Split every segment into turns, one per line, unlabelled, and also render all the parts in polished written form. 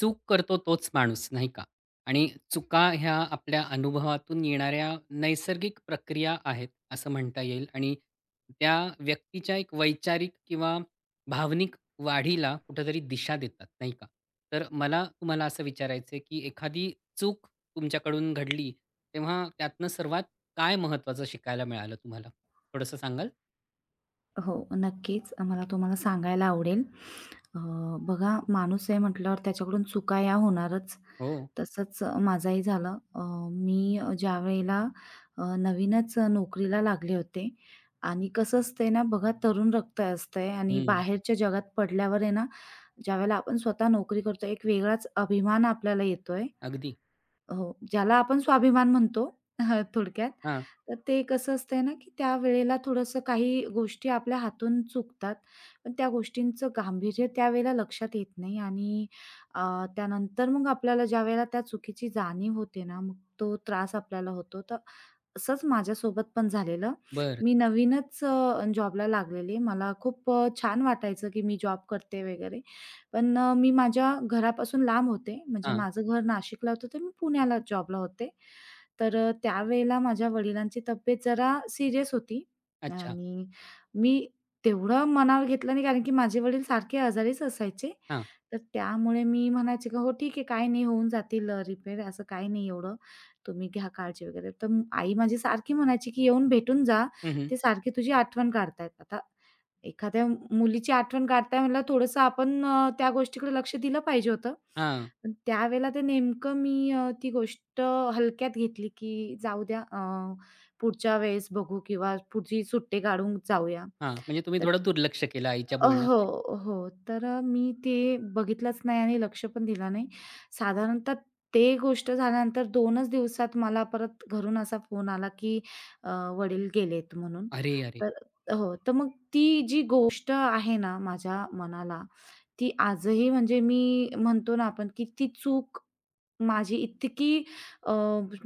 चूक करतो तोच माणूस, नाही का? आणि चुका ह्या आपल्या अनुभवातून येणाऱ्या नैसर्गिक प्रक्रिया आहेत, असं म्हणता येईल. आणि त्या व्यक्तीच्या एक वैचारिक किंवा भावनिक वाढीला कुठेतरी दिशा देतात, नाही का? तर मला तुम्हाला असं विचारायचं आहे, की एखादी चूक तुमच्याकडून घडली, तेव्हा त्यातनं सर्वात काय महत्त्वाचं शिकायला मिळालं तुम्हाला? थोडंसं सांगाल?
हो, नक्कीच. मला तुम्हाला सांगायला आवडेल. अ, बघा माणूस आहे म्हटल्यावर त्याच्याकडून चुका या होणारच.
हो.
तसंच माझंही झालं. मी ज्यावेळेला नवीनच नोकरीला लागले होते आणि कसं असतंय ना बघा तरुण रक्त असतंय आणि
हं.
बाहेरच्या जगात पडल्यावर आहे ना, ज्यावेळेला आपण स्वतः नोकरी करतो एक वेगळाच अभिमान आपल्याला येतोय.
अगदी.
हो, ज्याला आपण स्वाभिमान म्हणतो थोडक्यात.
हां.
तर ते कसं असतंय ना, की त्यावेळेला थोडंसं काही गोष्टी आपल्या हातून चुकतात. पण त्या गोष्टींचं गांभीर्य त्यावेळेला लक्षात येत नाही आणि त्यानंतर मग आपल्याला ज्यावेळेला त्या चुकीची जाणीव होते ना, मग तो त्रास आपल्याला होतो. तर असंच माझ्यासोबत पण झालेलं.
बरं.
मी नवीनच जॉबला लागलेली. मला खूप छान वाटायचं, की मी जॉब करते वगैरे. पण मी माझ्या घरापासून लांब होते. म्हणजे
हां.
माझं घर नाशिकला होतं, तर मी पुण्याला जॉबला होते. तर त्यावेळेला माझ्या वडिलांची तब्येत जरा सीरियस होती
अच्छा.
आणि मी तेवढं मनावर घेतलं नाही, कारण की माझे वडील सारखे आजारीच असायचे.
हां.
तर त्यामुळे मी म्हणायचे, की "हो ठीक आहे, काही नाही, होऊन जातील रिपेअर, असं काही नाही एवढं." तुम्ही घ्या काळजी वगैरे. तर आई माझी सारखी म्हणायची, की "येऊन भेटून जा.
हं, हं.
ते सारखी तुझी आठवण काढतायत." आता एखाद्या मुलीची आठवण काढताय म्हणल्यावर थोडंसं आपण त्या गोष्टीकडे लक्ष दिलं पाहिजे होतं.
हां.
पण त्यावेळेला ते नेमकं मी ती गोष्ट हलक्यात घेतली, की जाऊ द्या पुढच्या वेळेस बघू किंवा पुढची सुट्टी काढून जाऊया.
हां, म्हणजे तुम्ही
तर
थोडं दुर्लक्ष केलं आईच्या बोलण्याकडे.
हो, हो. तर मी ते बघितलंच नाही आणि लक्ष पण दिलं नाही. साधारणतः ते गोष्ट झाल्यानंतर 2च दिवसात मला परत घरून असा फोन आला, की अ, वडील गेलेत म्हणून.
अरे, अरे!
तर हो, तर मग ती जी गोष्ट आहे ना माझ्या मनाला, ती आजही म्हणजे मी म्हणतो ना आपण, की ती चूक माझी इतकी अ,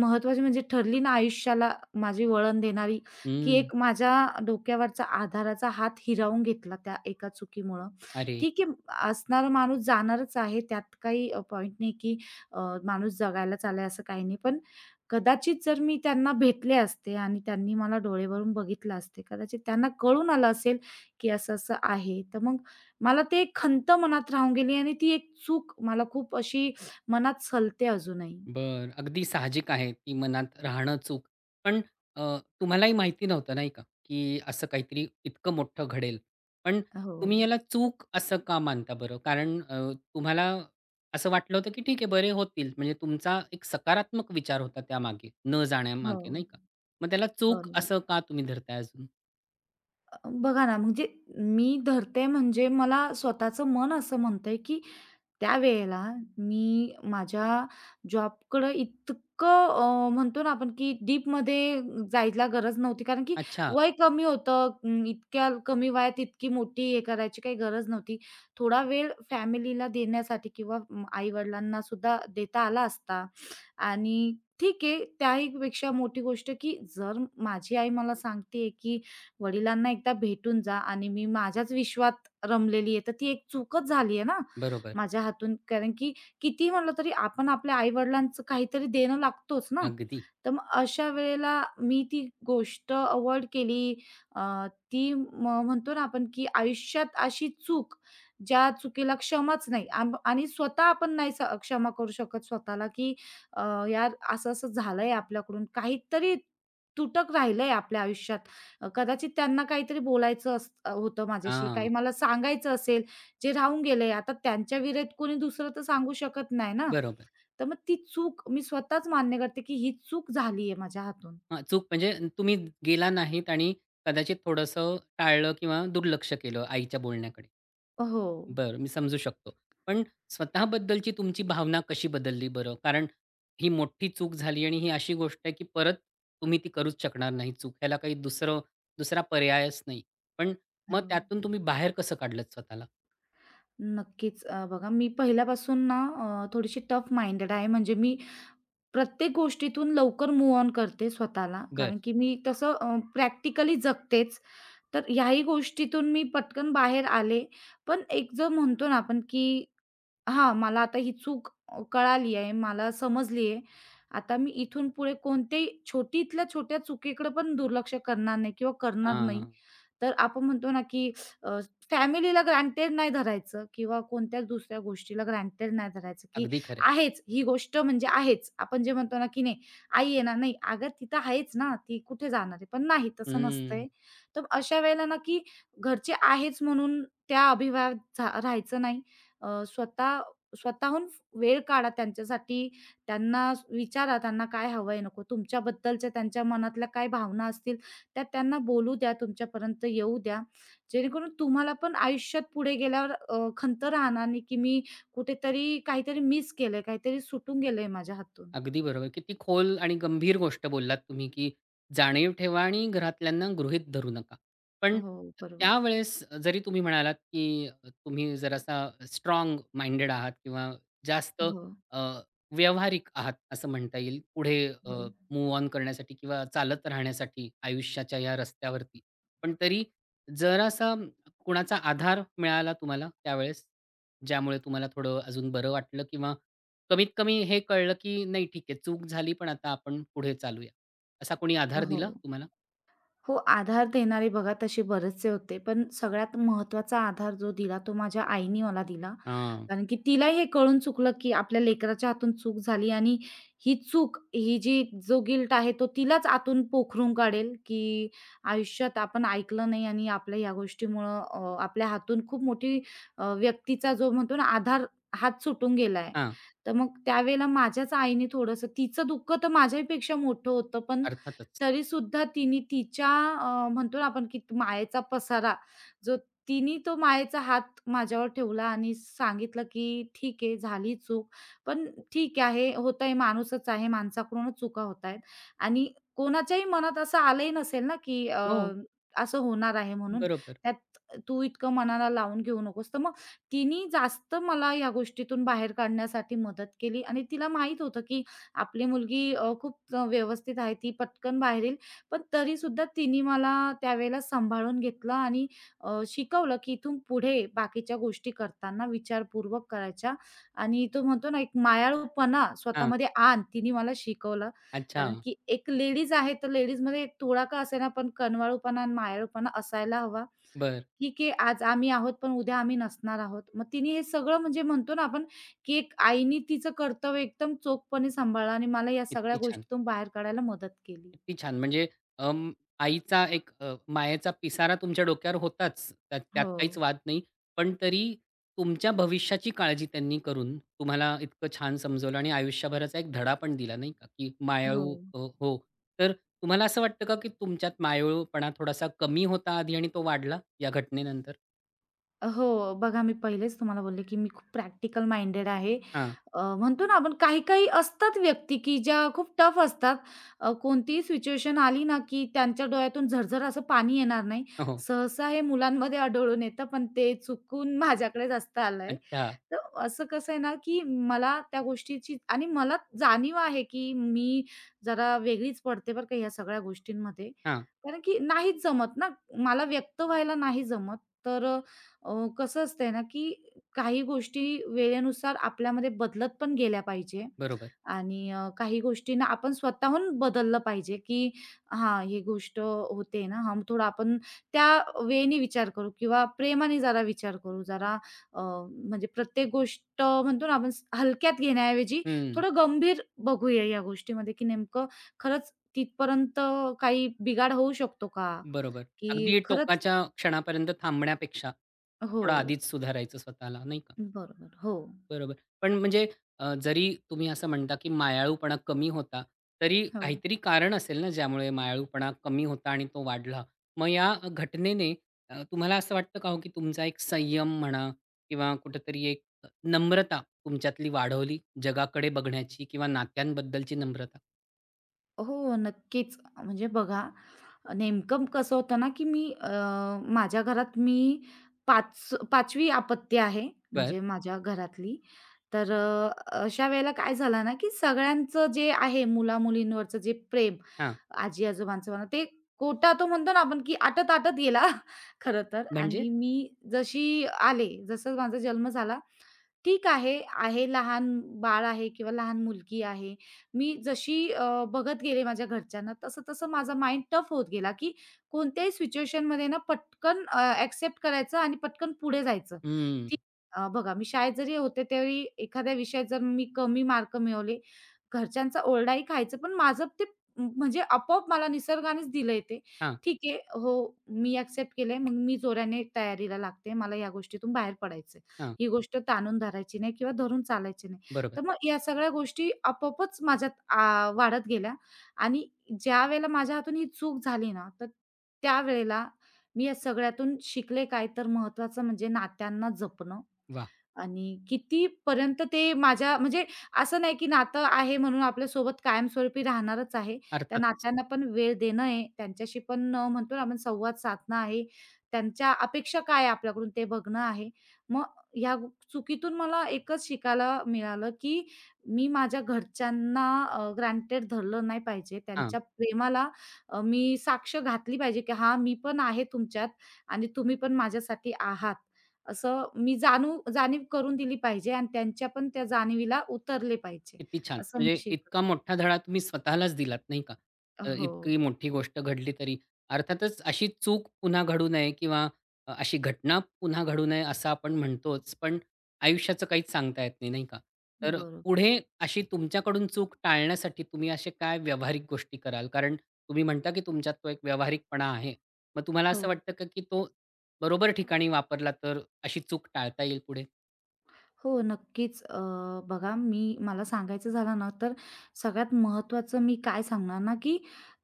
महत्त्वाची म्हणजे ठरली ना आयुष्याला माझी वळण देणारी, की
हं.
एक माझ्या डोक्यावरचा आधाराचा हात हिरावून घेतला त्या एका चुकीमुळं.
अरे!
ठीक आहे, असणारा माणूस जाणारच आहे, त्यात काही पॉइंट नाही, की अ, माणूस जगायला चाललाय असं काही नाही. पण कदाचित जर मी त्यांना भेटले असते आणि त्यांनी मला डोळे भरून बघितलं असते, कदाचित त्यांना कळून आलं असेल, की असं-असं आहे. तर मग मला ते खंत मनात राहून गेली आणि ती एक चूक मला खूप अशी मनात सलते अजूनही.
बरं. अगदी साहजिक आहे ती मनात राहणं चूक. पण अ, तुम्हालाही माहिती नव्हतं नाही का, की असं काहीतरी इतकं मोठं घडेल. पण
हो,
तुम्ही याला चूक असं का मानता बरं? कारण तुम्हाला असं वाटलं होतं, की ठीक आहे बरे होतील. म्हणजे तुमचा एक सकारात्मक विचार होता त्यामागे, न
हो.
जाण्यामागे नाही का? मग त्याला चूक
बरोबर.
असं का तुम्ही धरताय अजून?
बघा ना, म्हणजे मी धरते म्हणजे मला स्वतःचं मन असं म्हणतंय, की त्यावेळेला मी माझ्या जॉबकडं इतकं म्हणतो ना आपण, की डीपमध्ये जायला गरज नव्हती. कारण की
अच्छा.
वय कमी होतं. इतक्या कमी वयात इतकी मोठी हे करायची काही गरज नव्हती. थोडा वेळ फॅमिलीला देण्यासाठी किंवा आई-वडिलांना सुद्धा देता आला असता. आणि ठीक आहे, त्याहीपेक्षा मोठी गोष्ट, की जर माझी आई मला सांगते की वडिलांना एकदा भेटून जा आणि मी माझ्याच विश्वात रमलेली आहे, तर ती एक चूकच झाली आहे ना,
बरोबर.
माझ्या हातून. कारण की कितीही म्हटलं तरी आपण आपल्या आई-वडिलांचं काहीतरी देणं लागतोच ना.
अगदी.
तर मग अशा वेळेला मी ती गोष्ट अव्हॉइड केली. अ, ती म्हणतो ना आपण की आयुष्यात अशी चूक, ज्या चुकीला क्षमाच नाही आणि स्वतः आपण नाही क्षमा करू शकत स्वतःला की अ, यार असं-असं झालंय आपल्याकडून, काहीतरी तुटक राहिलंय आपल्या आयुष्यात. कदाचित त्यांना काहीतरी बोलायचं होतं माझ्याशी,
हां.
काही मला सांगायचं असेल, जे राहून गेले. आता त्यांच्या विरेत कोणी दुसरं तर सांगू शकत नाही ना.
बरोबर.
तर मग ती चूक मी स्वतःच मान्य करते, की ही चूक झाली आहे माझ्या हातून.
हां, चूक म्हणजे तुम्ही गेला नाहीत आणि कदाचित थोडंसं टाळलं किंवा दुर्लक्ष केलं आईच्या बोलण्याकडे.
हो.
बरं, मी समजू शकतो. पण स्वतःबद्दलची तुमची भावना कशी बदलली बरं? कारण ही मोठी चूक झाली आणि ही अशी गोष्ट आहे, की परत तुम्ही ती करूच शकणार नाही चूक. ह्याला काही दुसरा पर्यायच नाही. पण मग
हो.
त्यातून तुम्ही बाहेर कसं काढलत स्वतःला?
नक्कीच. बघा मी पहिल्यापासून ना थोडीशी टफ माइंडेड आहे. म्हणजे मी प्रत्येक गोष्टीतून लवकर मूव्ह ऑन करते स्वतःला.
बरं.
कारण की मी तसं प्रॅक्टिकली जगतेच. तर ह्याही गोष्टीतून मी पटकन बाहेर आले. पण एक जर म्हणतो ना आपण, की हां, मला आता ही चूक कळाली आहे, मला समजली आहे. आता मी इथून पुढे कोणत्याही छोटीतल्या छोट्या चुकीकडे पण दुर्लक्ष करणार नाही किंवा करणार नाही.
हां,
तर आपण म्हणतो ना, की अ, फॅमिलीला ग्रँटेड नाही धरायचं किंवा कोणत्याच दुसऱ्या गोष्टीला ग्रँटेड नाही धरायचं, की
अगदी खरं आहे.
आहेच ही गोष्ट म्हणजे आहेच. आपण जे म्हणतो ना, की नाही आई आहे ना, नाही अगं तिथं आहेच ना, ती कुठे जाणार आहे? पण नाही तसं
हं.
नसतंय. तर अशा वेळेला ना, की घरचे आहेच म्हणून त्या अभिवात राहायचं नाही. स्वतः स्वतःहून वेळ काढा त्यांच्यासाठी. त्यांना विचारा त्यांना काय हवंय, नको तुमच्याबद्दलच्या त्यांच्या मनातल्या काय भावना असतील त्या त्यांना बोलू द्या, तुमच्यापर्यंत येऊ द्या. जेणेकरून तुम्हाला पण आयुष्यात पुढे गेल्यावर खंत राहणार नाही, की मी कुठेतरी काहीतरी मिस केलंय, काहीतरी सुटून गेलंय माझ्या हातून.
अगदी बरोबर. किती खोल आणि गंभीर गोष्ट बोललात तुम्ही, की जाणीव ठेवा आणि घरातल्यांना गृहीत धरू नका. पण
हो, बरोबर.
त्यावेळेस जरी तुम्ही म्हणालात, की तुम्ही जरासा स्ट्रॉंग माइंडेड आहात किंवा जास्त
हो,
अ, व्यावहारिक आहात असं म्हणता येईल. पुढे
हो,
अ, ऑन करण्यासाठी किंवा चालत राहण्यासाठी आयुष्याच्या या रस्त्यावरती. पण तरी जरासा कुणाचा आधार मिळाला तुम्हाला त्यावेळेस? ज्यामुळे तुम्हाला थोडं अजून बरं वाटलं किंवा कमीत कमी हे कळलं की नाही ठीक आहे चूक झाली पण आता आपण पुढे चालूया. असा कोणी आधार
हो.
दिला तुम्हाला?
हो, आधार देणारे बघा तसे बरेचसे होते. पण सगळ्यात महत्वाचा आधार जो दिला तो माझ्या आईने मला दिला.
हां.
कारण की तिलाही हे कळून चुकलं, की आपल्या लेकराच्या हातून चूक झाली आणि ही चूक, ही जी जो गिल्ट आहे तो तिलाच आतून पोखरून काढेल, की आयुष्यात आपण ऐकलं नाही आणि आपल्या या गोष्टीमुळं आपल्या हातून खूप मोठी व्यक्तीचा जो म्हणतो ना आधार, हात सुटून गेलाय.
हां.
तर मग त्यावेळेला माझ्याच आईने थोडंसं तिचं दुःख तर माझ्यापेक्षा मोठं होतं. पण
अर्थातच.
तरीसुद्धा तिने तिच्या म्हणतो ना आपण की मायेचा पसारा, जो तिने तो मायेचा हात माझ्यावर ठेवला आणि सांगितलं की "ठीक आहे, झाली चूक, पण ठीक आहे, होतंय, माणूसच आहे, माणसाकडूनच चुका होत आहेत." आणि कोणाच्याही मनात असं आलंही नसेल ना की
हो.
असं होणार आहे म्हणून.
बरोबर.
त्यात तू इतकं मनाला लावून घेऊ नकोस. तर मग तिने जास्त मला या गोष्टीतून बाहेर काढण्यासाठी मदत केली आणि तिला माहीत होतं की आपली मुलगी खूप व्यवस्थित आहे, ती पटकन बाहेर येईल. पण तरीसुद्धा तिने मला त्यावेळेला सांभाळून घेतलं आणि शिकवलं, की इथून पुढे बाकीच्या गोष्टी करताना विचारपूर्वक करायच्या आणि तो म्हणतो ना, एक मायाळूपणा
हां.
स्वतःमध्ये आण, तिने मला शिकवलं.
अच्छा.
कारण की एक लेडीज आहे, तर लेडीजमध्ये थोडा का असेना, पण कनवाळूपणा आणि मायाळूपणा असायला हवा.
बरं.
ठीक आहे, आज आम्ही आहोत, पण उद्या आम्ही नसणार आहोत. मग तिने हे सगळं म्हणजे म्हणतो ना आपण, की एक आईनी तिचं कर्तव्य एकदम चोखपणे सांभाळलं आणि मला या सगळ्या
किती छान.
गोष्टीतून बाहेर काढायला मदत केली.
किती छान! म्हणजे अं, आईचा एक मायेचा पिसारा तुमच्या डोक्यावर होताच. त्यात त्यात
हो,
काहीच वाद नाही. पण तरी तुमच्या भविष्याची काळजी त्यांनी करून तुम्हाला इतकं छान समजवलं आणि आयुष्यभराचा एक धडा पण दिला नाही का, की
हो.
मायाळू हो. तर तुम्हाला असं वाटतं का, की तुमच्यात मायाळूपणा थोडासा कमी होता आधी आणि तो वाढला या घटनेनंतर?
हो, बघा मी पहिलेच तुम्हाला बोलले, की मी खूप प्रॅक्टिकल माइंडेड आहे.
हां.
म्हणतो ना आपण काही-काही असतात व्यक्ती, की ज्या खूप टफ असतात. कोणतीही सिच्युएशन आली ना, की त्यांच्या डोळ्यातून झरझर असं पाणी येणार नाही.
हो.
सहसा हे मुलांमध्ये आढळून येतं, पण ते चुकून माझ्याकडे जास्त आलंय.
अच्छा.
तर असं कसं आहे ना, की मला त्या गोष्टीची आणि मला जाणीव आहे, की मी जरा वेगळीच पडते बरं का, ह्या सगळ्या गोष्टींमध्ये.
हां.
कारण की नाहीच जमत ना, मला व्यक्त व्हायला नाही जमत. तर कसं असतंय ना, की काही गोष्टी वेळेनुसार आपल्यामध्ये बदलत पण गेल्या पाहिजे
बरोबर.
आणि काही गोष्टींना आपण स्वतःहून बदललं पाहिजे, की हां, ही गोष्ट होते ना, हां, मग थोडं आपण त्या वेने विचार करू किंवा प्रेमाने जरा विचार करू. जरा अ, म्हणजे प्रत्येक गोष्ट म्हणतो ना आपण हलक्यात घेण्याऐवजी
हं.
थोडं गंभीर बघूया या गोष्टीमध्ये, की नेमकं खरंच तिथपर्यंत काही बिघाड होऊ शकतो का?
बरोबर.
की
अगदी
खरंच
टोकाच्या क्षणापर्यंत थांबण्यापेक्षा,
हो.
थोडं आधीच सुधारायचं स्वतःला, नाही का?
बरोबर. हो.
बरोबर. पण म्हणजे जरी तुम्ही असं म्हणता, की मायाळूपणा कमी होता, तरी
हो.
काहीतरी कारण असेल ना, ज्यामुळे मायाळूपणा कमी होता आणि तो वाढला. मग या घटनेने तुम्हाला असं वाटतं का हो, की तुमचा एक संयम म्हणा किंवा कुठेतरी एक नम्रता तुमच्यातली वाढवली, जगाकडे बघण्याची किंवा नात्यांबद्दलची नम्रता?
हो, नक्कीच. म्हणजे बघा, नेमकं कसं होतं ना, की मी माझ्या घरात मी पाच 5वी आपत्ती आहे,
बरं.
म्हणजे माझ्या घरातली. तर अशा वेळेला काय झालं ना, की सगळ्यांचं जे आहे मुला-मुलींवरचं जे प्रेम,
हां.
आजी-आजोबांचं म्हणा, ते कोटा तो म्हणतो ना आपण, की आटत-आटत गेला खरं तर.
म्हणजे?
आणि मी जशी आले, जसं माझा जन्म झाला, ठीक आहे, आहे लहान बाळ आहे किंवा लहान मुलगी आहे. मी जशी बघत गेले माझ्या घरच्यांना तसं-तसं माझा माइंड टफ होत गेला, की कोणत्याही सिच्युएशनमध्ये ना पटकन एक्सेप्ट करायचं आणि पटकन पुढे जायचं.
हं.
ठीक बघा मी शाळेत जरी होते त्यावेळी एखाद्या विषयात जर मी कमी मार्क मिळवले, घरच्यांचा ओरडाही खायचं पण माझं ते म्हणजे आपोआप मला निसर्गानेच दिलंय ते.
हां,
ठीक आहे, हो, मी एक्सेप्ट केलंय मग मी जोराने तयारीला लागते. मला या गोष्टीतून बाहेर पडायचं.
हां.
ही गोष्ट ताणून धरायची नाही किंवा धरून चालायची नाही.
बरोबर.
तर मग या सगळ्या गोष्टी आपोआपच माझ्यात वाढत गेल्या आणि ज्यावेळेला माझ्या हातून ही चूक झाली ना, तर त्यावेळेला मी या सगळ्यातून शिकले काय? तर महत्त्वाचं म्हणजे नात्यांना जपणं
वाह!
आणि कितीपर्यंत ते माझ्या म्हणजे असं नाही की नातं आहे म्हणून आपल्यासोबत कायमस्वरूपी राहणारच आहे. त्या
अर्थातच.
नात्यांना पण वेळ देणं आहे, त्यांच्याशी पण म्हणतो ना आपण संवाद साधणं आहे. त्यांच्या अपेक्षा काय आहे आपल्याकडून ते बघणं आहे. मग चुकीतून मला एकच शिकायला मिळालं, की मी माझ्या घरच्यांना धरलं नाही पाहिजे.
हां,
त्यांच्या प्रेमाला मी साक्ष घातली पाहिजे, की हां, मी पण आहे तुमच्यात आणि तुम्ही पण माझ्यासाठी आहात. असं मी जाणीव करून दिली पाहिजे आणि त्यांच्या पण त्या जाणीवीला उतरले पाहिजे,
किती छान.
असं मी
म्हणजे इतका
शिकले.
मोठा धडा तुम्ही स्वतःलाच दिलात नाही का?
हो,
इतकी मोठी गोष्ट घडली तरी. अर्थातच अशी चूक पुन्हा घडू नये किंवा अशी घटना पुन्हा घडू नये असं आपण म्हणतोच, पण आयुष्याचं काहीच सांगता येत नाही, नाही का? तर
बरोबर.
पुढे अशी तुमच्याकडून चूक टाळण्यासाठी तुम्ही असे काय व्यावहारिक गोष्टी कराल? कारण तुम्ही म्हणता की तुमच्यात तो एक व्यावहारिकपणा आहे. मग तुम्हाला
हो,
असं वाटतं का की तो बरोबर ठिकाणी वापरला तर अशी चूक टाळता येईल पुढे?
हो, नक्कीच. बघा मी मला सांगायचं झालं ना, तर सगळ्यात महत्त्वाचं मी काय सांगणार ना, की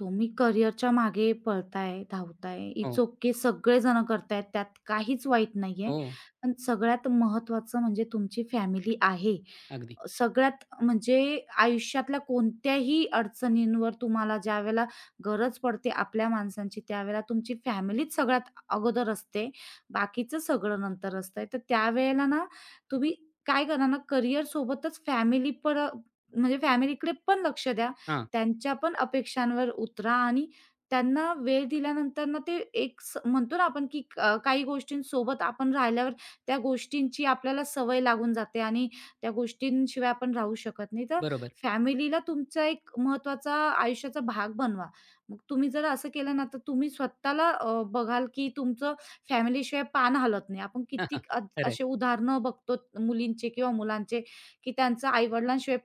तुम्ही करिअरच्या मागे पळताय, धावताय, इट्स
हो,
ओके सगळेजण करतायत, त्यात काहीच वाईट नाहीये.
हो,
पण सगळ्यात महत्त्वाचं म्हणजे तुमची फॅमिली आहे.
अगदी.
सगळ्यात म्हणजे आयुष्यातल्या कोणत्याही अडचणींवर तुम्हाला ज्यावेळेला गरज पडते आपल्या माणसांची, त्यावेळेला तुमची फॅमिलीच सगळ्यात अगोदर असते. बाकीचं सगळं नंतर असतं. तर त्यावेळेला ना तुम्ही काय करा ना करिअरसोबतच फॅमिली पण म्हणजे फॅमिलीकडे पण लक्ष द्या.
हां.
त्यांच्या पण अपेक्षांवर उतरा आणि त्यांना वेळ दिल्यानंतर ना ते एक म्हणतो ना आपण की काही गोष्टींसोबत आपण राहिल्यावर त्या गोष्टींची आपल्याला सवय लागून जाते आणि त्या गोष्टींशिवाय आपण राहू शकत नाही. तर
बरोबर.
फॅमिलीला तुमचा एक महत्वाचा आयुष्याचा भाग बनवा. मग तुम्ही जर असं केलं ना, तर तुम्ही स्वतःला बघाल की तुमचं फॅमिलीशिवाय पान हलत नाही. आपण किती
खरं आहे.
असे उदाहरणं बघतो मुलींचे किंवा मुलांचे, की त्यांचं आई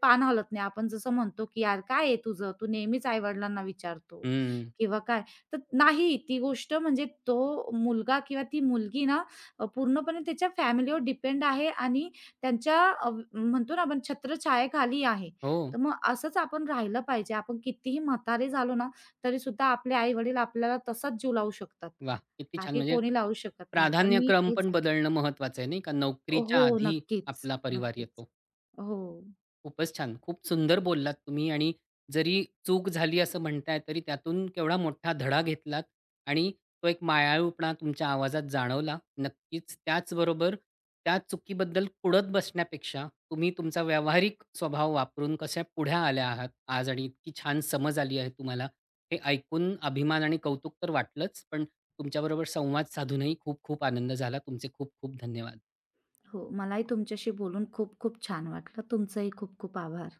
पान हलत नाही. आपण जसं म्हणतो की "यार काय आहे तुझं? तू नेहमीच आई विचारतो."
हं.
किंवा काय. तर नाही ती गोष्ट म्हणजे तो मुलगा किंवा ती मुलगी ना पूर्णपणे त्याच्या फॅमिलीवर डिपेंड आहे आणि त्यांच्या म्हणतो ना आपण छत्रछायेखाली आहे.
हो.
तर मग असंच आपण राहिलं पाहिजे. आपण कितीही म्हातारे झालो ना, तरी सुद्धा आपले आई-वडील आपल्याला तसाच जीव लावू शकतात.
वाह! किती छान.
बाकी
म्हणजे
कोणी लावू शकत नाही. तर मी
प्राधान्यक्रम
हेच
पण
सांगेन.
बदलणं महत्वाचं आहे, नाही का? नोकरीच्या
हो,
आधी
नक्कीच,
आपला परिवार
नक्कीच.
येतो.
हो,
खूपच छान. खूप सुंदर बोललात तुम्ही आणि जरी चूक झाली असं म्हणताय, तरी त्यातून केवढा मोठा धडा घेतलात आणि तो एक मायाळूपणा तुमच्या आवाजात जाणवला. नक्कीच. त्याचबरोबर त्या चुकीबद्दल कुढत बसण्यापेक्षा तुम्ही तुमचा व्यावहारिक स्वभाव वापरून कशा पुढे आल्या आहात आज आणि इतकी छान समज आली आहे तुम्हाला. हे ऐकून अभिमान आणि कौतुक तर वाटलंच, पण तुमच्याबरोबर संवाद साधूनही खूप खूप आनंद झाला. तुमचे खूप खूप धन्यवाद.
हो. मलाही तुमच्याशी बोलून खूप खूप छान वाटलं. तुमचंही खूप खूप आभार.